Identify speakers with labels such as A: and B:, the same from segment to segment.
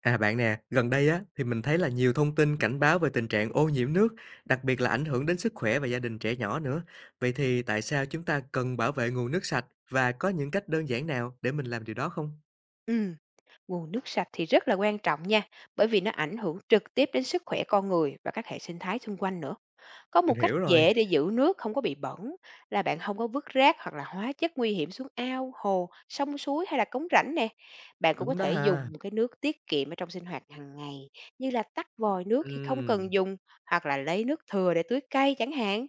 A: À bạn nè, gần đây á thì mình thấy là nhiều thông tin cảnh báo về tình trạng ô nhiễm nước, đặc biệt là ảnh hưởng đến sức khỏe và gia đình trẻ nhỏ nữa. Vậy thì tại sao chúng ta cần bảo vệ nguồn nước sạch và có những cách đơn giản nào để mình làm điều đó không?
B: Ừm, nguồn nước sạch thì rất là quan trọng nha, bởi vì nó ảnh hưởng trực tiếp đến sức khỏe con người và các hệ sinh thái xung quanh nữa. Có một
A: Mình
B: cách
A: hiểu rồi,
B: dễ để giữ nước không có bị bẩn là bạn không có vứt rác hoặc là hóa chất nguy hiểm xuống ao, hồ, sông suối hay là cống rãnh nè. Bạn cũng có
A: đúng đó
B: thể
A: ha.
B: dùng cái nước tiết kiệm ở trong sinh hoạt hàng ngày như là tắt vòi nước khi không
A: Ừm,
B: cần dùng hoặc là lấy nước thừa để tưới cây chẳng hạn.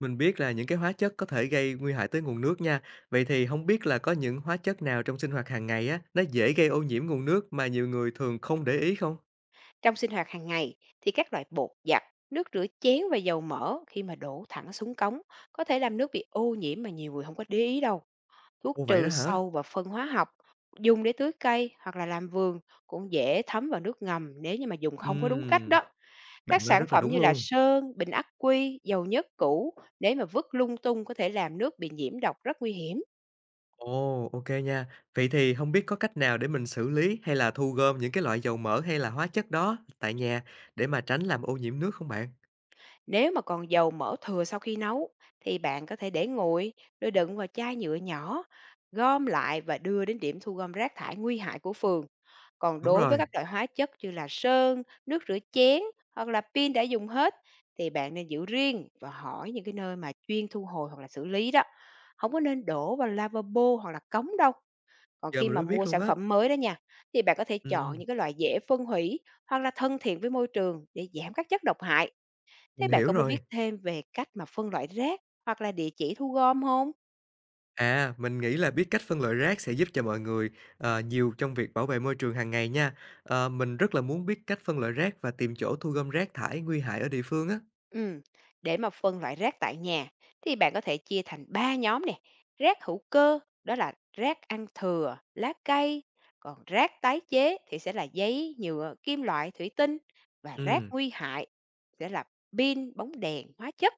A: mình biết là những cái hóa chất có thể gây nguy hại tới nguồn nước nha. Vậy thì không biết là có những hóa chất nào trong sinh hoạt hàng ngày á nó dễ gây ô nhiễm nguồn nước mà nhiều người thường không để ý không?
B: Trong sinh hoạt hàng ngày thì các loại bột giặt, nước rửa chén và dầu mỡ khi mà đổ thẳng xuống cống có thể làm nước bị ô nhiễm mà nhiều người không có để ý đâu. Thuốc
A: Ồ vậy đó
B: trừ
A: hả?
B: sâu và phân hóa học dùng để tưới cây hoặc là làm vườn cũng dễ thấm vào nước ngầm nếu như mà dùng không có đúng cách
A: Ừm,
B: đó. Các
A: bạn nói
B: sản
A: rất là
B: phẩm
A: đúng
B: như là
A: luôn.
B: sơn, bình ắc quy, dầu nhớt cũ nếu mà vứt lung tung có thể làm nước bị nhiễm độc rất nguy hiểm.
A: Ồ, ok nha. Vậy thì không biết có cách nào để mình xử lý hay là thu gom những cái loại dầu mỡ hay là hóa chất đó tại nhà để mà tránh làm ô nhiễm nước không bạn?
B: Nếu mà còn dầu mỡ thừa sau khi nấu thì bạn có thể để nguội rồi đựng vào chai nhựa nhỏ, gom lại và đưa đến điểm thu gom rác thải nguy hại của phường. Còn
A: Đúng
B: đối với
A: rồi,
B: các loại hóa chất như là sơn, nước rửa chén hoặc là pin đã dùng hết thì bạn nên giữ riêng và hỏi những cái nơi mà chuyên thu hồi hoặc là xử lý đó. Không có nên đổ vào lavabo hoặc là cống đâu. Còn
A: giờ
B: khi
A: mình
B: mà
A: mới biết
B: mua
A: luôn
B: sản
A: á.
B: phẩm mới đó nha, thì bạn có thể chọn
A: Ừm,
B: những cái loại dễ phân hủy hoặc là thân thiện với môi trường để giảm các chất độc hại.
A: mình
B: Thế bạn
A: hiểu
B: có muốn
A: rồi.
B: biết thêm về cách mà phân loại rác hoặc là địa chỉ thu gom không?
A: À, mình nghĩ là biết cách phân loại rác sẽ giúp cho mọi người, nhiều trong việc bảo vệ môi trường hàng ngày nha. Mình rất là muốn biết cách phân loại rác và tìm chỗ thu gom rác thải nguy hại ở địa phương á.
B: Ừm, để mà phân loại rác tại nhà thì bạn có thể chia thành 3 nhóm nè. Rác hữu cơ, đó là rác ăn thừa, lá cây, còn rác tái chế thì sẽ là giấy, nhựa, kim loại, thủy tinh và rác
A: Ừm,
B: nguy hại sẽ là pin, bóng đèn, hóa chất.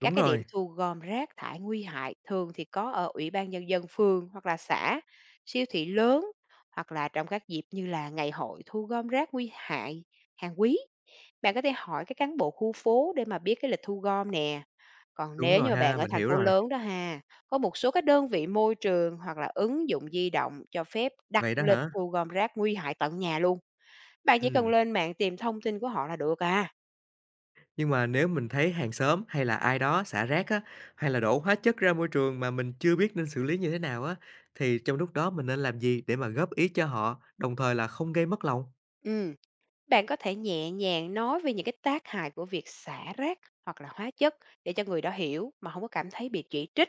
A: đúng
B: Các cái điểm
A: rồi,
B: thu gom rác thải nguy hại thường thì có ở ủy ban nhân dân phường hoặc là xã, siêu thị lớn hoặc là trong các dịp như là ngày hội thu gom rác nguy hại hàng quý. Bạn có thể hỏi cái cán bộ khu phố để mà biết cái lịch thu gom nè. Còn
A: đúng
B: nếu như
A: rồi
B: mà bạn
A: ha,
B: ở
A: mình
B: thành
A: hiểu
B: phố
A: rồi.
B: lớn đó ha, có một số các đơn vị môi trường hoặc là ứng dụng di động cho phép đặt
A: Vậy đó
B: lịch
A: hả?
B: thu gom rác nguy hại tận nhà luôn. Bạn chỉ cần
A: Ừm.
B: lên mạng tìm thông tin của họ là được à.
A: Nhưng mà nếu mình thấy hàng xóm hay là ai đó xả rác á, hay là đổ hóa chất ra môi trường mà mình chưa biết nên xử lý như thế nào á, thì trong lúc đó mình nên làm gì để mà góp ý cho họ, đồng thời là không gây mất lòng?
B: Ừ. Bạn có thể nhẹ nhàng nói về những cái tác hại của việc xả rác hoặc là hóa chất để cho người đó hiểu mà không có cảm thấy bị chỉ trích.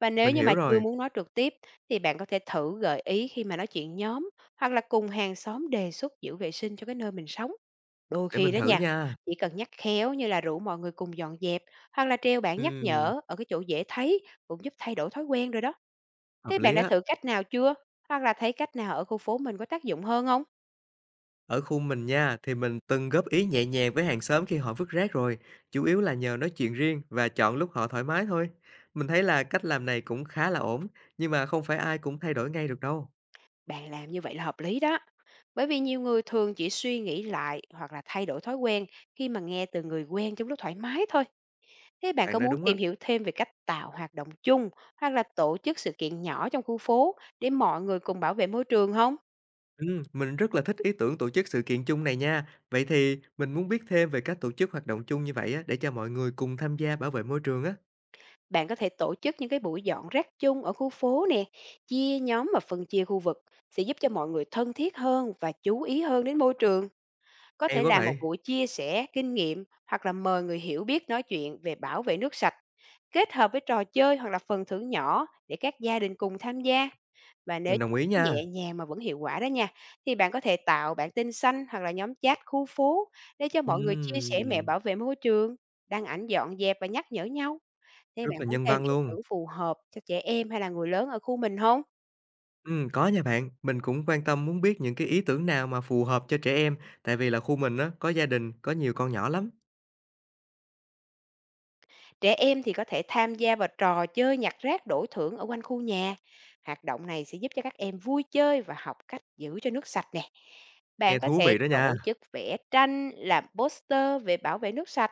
B: Và nếu
A: Mình
B: như
A: hiểu
B: mà chưa
A: rồi,
B: muốn nói trực tiếp thì bạn có thể thử gợi ý khi mà nói chuyện nhóm hoặc là cùng hàng xóm đề xuất giữ vệ sinh cho cái nơi mình sống. Đôi
A: để
B: khi
A: mình
B: đó
A: thử
B: nha,
A: nha.
B: chỉ cần nhắc khéo như là rủ mọi người cùng dọn dẹp hoặc là treo bảng nhắc
A: Ừm,
B: nhở ở cái chỗ dễ thấy cũng giúp thay đổi thói quen rồi đó.
A: hợp
B: Thế bạn
A: lý
B: đã
A: á.
B: thử cách nào chưa? Hoặc là thấy cách nào ở khu phố mình có tác dụng hơn không?
A: Ở khu mình nha, thì mình từng góp ý nhẹ nhàng với hàng xóm khi họ vứt rác rồi, chủ yếu là nhờ nói chuyện riêng và chọn lúc họ thoải mái thôi. Mình thấy là cách làm này cũng khá là ổn, nhưng mà không phải ai cũng thay đổi ngay được đâu.
B: Bạn làm như vậy là hợp lý đó. Bởi vì nhiều người thường chỉ suy nghĩ lại hoặc là thay đổi thói quen khi mà nghe từ người quen trong lúc thoải mái thôi. Thế bạn
A: Bạn
B: có
A: nói
B: muốn
A: đúng á.
B: tìm hiểu thêm về cách tạo hoạt động chung hoặc là tổ chức sự kiện nhỏ trong khu phố để mọi người cùng bảo vệ môi trường không?
A: Mình rất là thích ý tưởng tổ chức sự kiện chung này nha. Vậy thì mình muốn biết thêm về cách tổ chức hoạt động chung như vậy á, để cho mọi người cùng tham gia bảo vệ môi trường á.
B: Bạn có thể tổ chức những cái buổi dọn rác chung ở khu phố nè, chia nhóm và phân chia khu vực sẽ giúp cho mọi người thân thiết hơn và chú ý hơn đến môi trường. Có
A: Hay
B: thể
A: quá
B: làm một
A: vậy,
B: buổi chia sẻ kinh nghiệm hoặc là mời người hiểu biết nói chuyện về bảo vệ nước sạch. Kết hợp với trò chơi hoặc là phần thưởng nhỏ để các gia đình cùng tham gia, và nếu
A: mình đồng ý nha.
B: nhẹ nhàng mà vẫn hiệu quả đó nha, thì bạn có thể tạo bảng tin xanh hoặc là nhóm chat khu phố để cho mọi người chia sẻ mẹo
A: Ừm,
B: bảo vệ môi trường, đăng ảnh dọn dẹp và nhắc nhở nhau. Thế
A: rất
B: bạn
A: là
B: muốn
A: nhân
B: thêm
A: văn
B: ý
A: luôn.
B: tưởng phù hợp cho trẻ em hay là người lớn ở khu mình không?
A: Có nha bạn, mình cũng quan tâm muốn biết những cái ý tưởng nào mà phù hợp cho trẻ em, tại vì là khu mình á, có gia đình, có nhiều con nhỏ lắm.
B: Trẻ em thì có thể tham gia vào trò chơi nhặt rác đổi thưởng ở quanh khu nhà. Hoạt động này sẽ giúp cho các em vui chơi và học cách giữ cho nước sạch nè. Bạn
A: Nghe
B: có
A: thú
B: thể
A: vị đó nha.
B: tổ chức vẽ tranh, làm poster về bảo vệ nước sạch.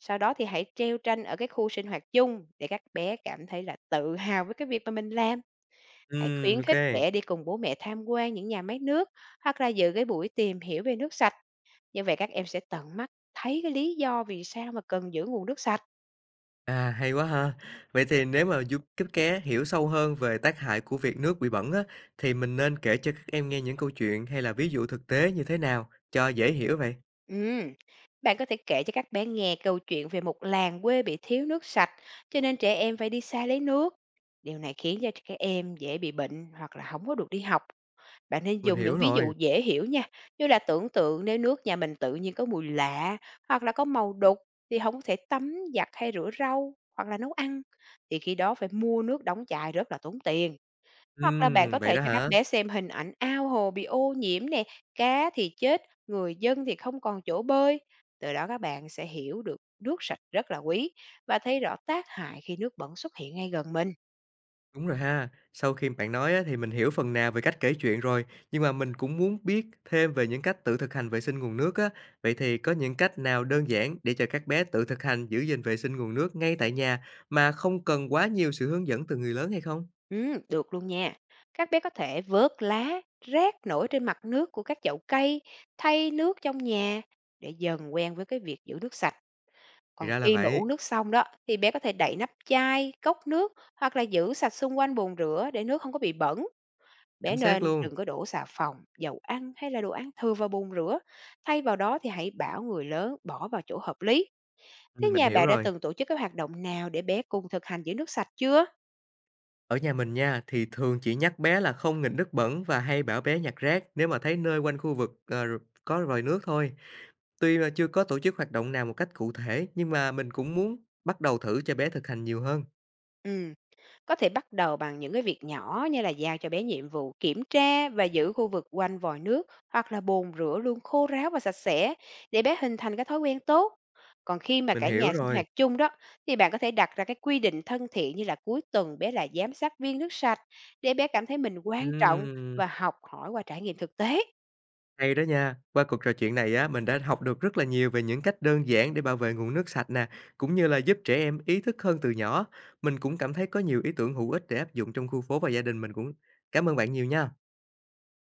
B: Sau đó thì hãy treo tranh ở cái khu sinh hoạt chung để các bé cảm thấy là tự hào với cái việc mà mình làm. Hãy khuyến
A: Ok.
B: khích trẻ đi cùng bố mẹ tham quan những nhà máy nước hoặc là dự cái buổi tìm hiểu về nước sạch. Như vậy các em sẽ tận mắt thấy cái lý do vì sao mà cần giữ nguồn nước sạch.
A: À, hay quá ha! Vậy thì nếu mà giúp các bé hiểu sâu hơn về tác hại của việc nước bị bẩn á, thì mình nên kể cho các em nghe những câu chuyện hay là ví dụ thực tế như thế nào cho dễ hiểu vậy?
B: Ừm, bạn có thể kể cho các bé nghe câu chuyện về một làng quê bị thiếu nước sạch, cho nên trẻ em phải đi xa lấy nước. Điều này khiến cho các em dễ bị bệnh hoặc là không có được đi học. Bạn nên
A: Mình
B: dùng
A: hiểu
B: những ví
A: rồi.
B: dụ dễ hiểu nha, như là tưởng tượng nếu nước nhà mình tự nhiên có mùi lạ hoặc là có màu đục thì không có thể tắm, giặt hay rửa rau hoặc là nấu ăn. Thì khi đó phải mua nước đóng chai rất là tốn tiền. Hoặc là bạn có
A: Vậy
B: thể
A: đó
B: cho các
A: hả?
B: bé xem hình ảnh ao hồ bị ô nhiễm nè, cá thì chết, người dân thì không còn chỗ bơi. Từ đó các bạn sẽ hiểu được nước sạch rất là quý và thấy rõ tác hại khi nước bẩn xuất hiện ngay gần mình.
A: Đúng rồi ha. Sau khi bạn nói á, thì mình hiểu phần nào về cách kể chuyện rồi, nhưng mà mình cũng muốn biết thêm về những cách tự thực hành vệ sinh nguồn nước á. Vậy thì có những cách nào đơn giản để cho các bé tự thực hành giữ gìn vệ sinh nguồn nước ngay tại nhà mà không cần quá nhiều sự hướng dẫn từ người lớn hay không?
B: Ừ, được luôn nha. Các bé có thể vớt lá, rác nổi trên mặt nước của các chậu cây, thay nước trong nhà để dần quen với cái việc giữ nước sạch.
A: Thì
B: Còn
A: ra là
B: khi mà
A: vậy.
B: uống nước xong đó thì bé có thể đậy nắp chai, cốc nước hoặc là giữ sạch xung quanh bồn rửa để nước không có bị bẩn. Bé
A: Chính xác
B: nên
A: luôn.
B: đừng có đổ xà phòng, dầu ăn hay là đồ ăn thừa vào bồn rửa. Thay vào đó thì hãy bảo người lớn bỏ vào chỗ hợp lý. Thế
A: Mình
B: nhà
A: hiểu
B: bạn đã
A: rồi.
B: từng tổ chức các hoạt động nào để bé cùng thực hành giữ nước sạch chưa?
A: Ở nhà mình nha, thì thường chỉ nhắc bé là không nghịch nước bẩn và hay bảo bé nhặt rác nếu mà thấy nơi quanh khu vực, ờ, r có vòi nước thôi. Tuy là chưa có tổ chức hoạt động nào một cách cụ thể, nhưng mà mình cũng muốn bắt đầu thử cho bé thực hành nhiều hơn.
B: Ừ. Có thể bắt đầu bằng những cái việc nhỏ như là giao cho bé nhiệm vụ kiểm tra và giữ khu vực quanh vòi nước hoặc là bồn rửa luôn khô ráo và sạch sẽ để bé hình thành cái thói quen tốt. Còn khi mà
A: Mình
B: cả
A: hiểu
B: nhà sinh
A: rồi.
B: hoạt chung đó thì bạn có thể đặt ra cái quy định thân thiện như là cuối tuần bé là giám sát viên nước sạch để bé cảm thấy mình quan trọng
A: Ừm,
B: và học hỏi qua trải nghiệm thực tế.
A: hay đó nha. Qua cuộc trò chuyện này á, mình đã học được rất là nhiều về những cách đơn giản để bảo vệ nguồn nước sạch nè, cũng như là giúp trẻ em ý thức hơn từ nhỏ. Mình cũng cảm thấy có nhiều ý tưởng hữu ích để áp dụng trong khu phố và gia đình mình cũng. Cảm ơn bạn nhiều nha.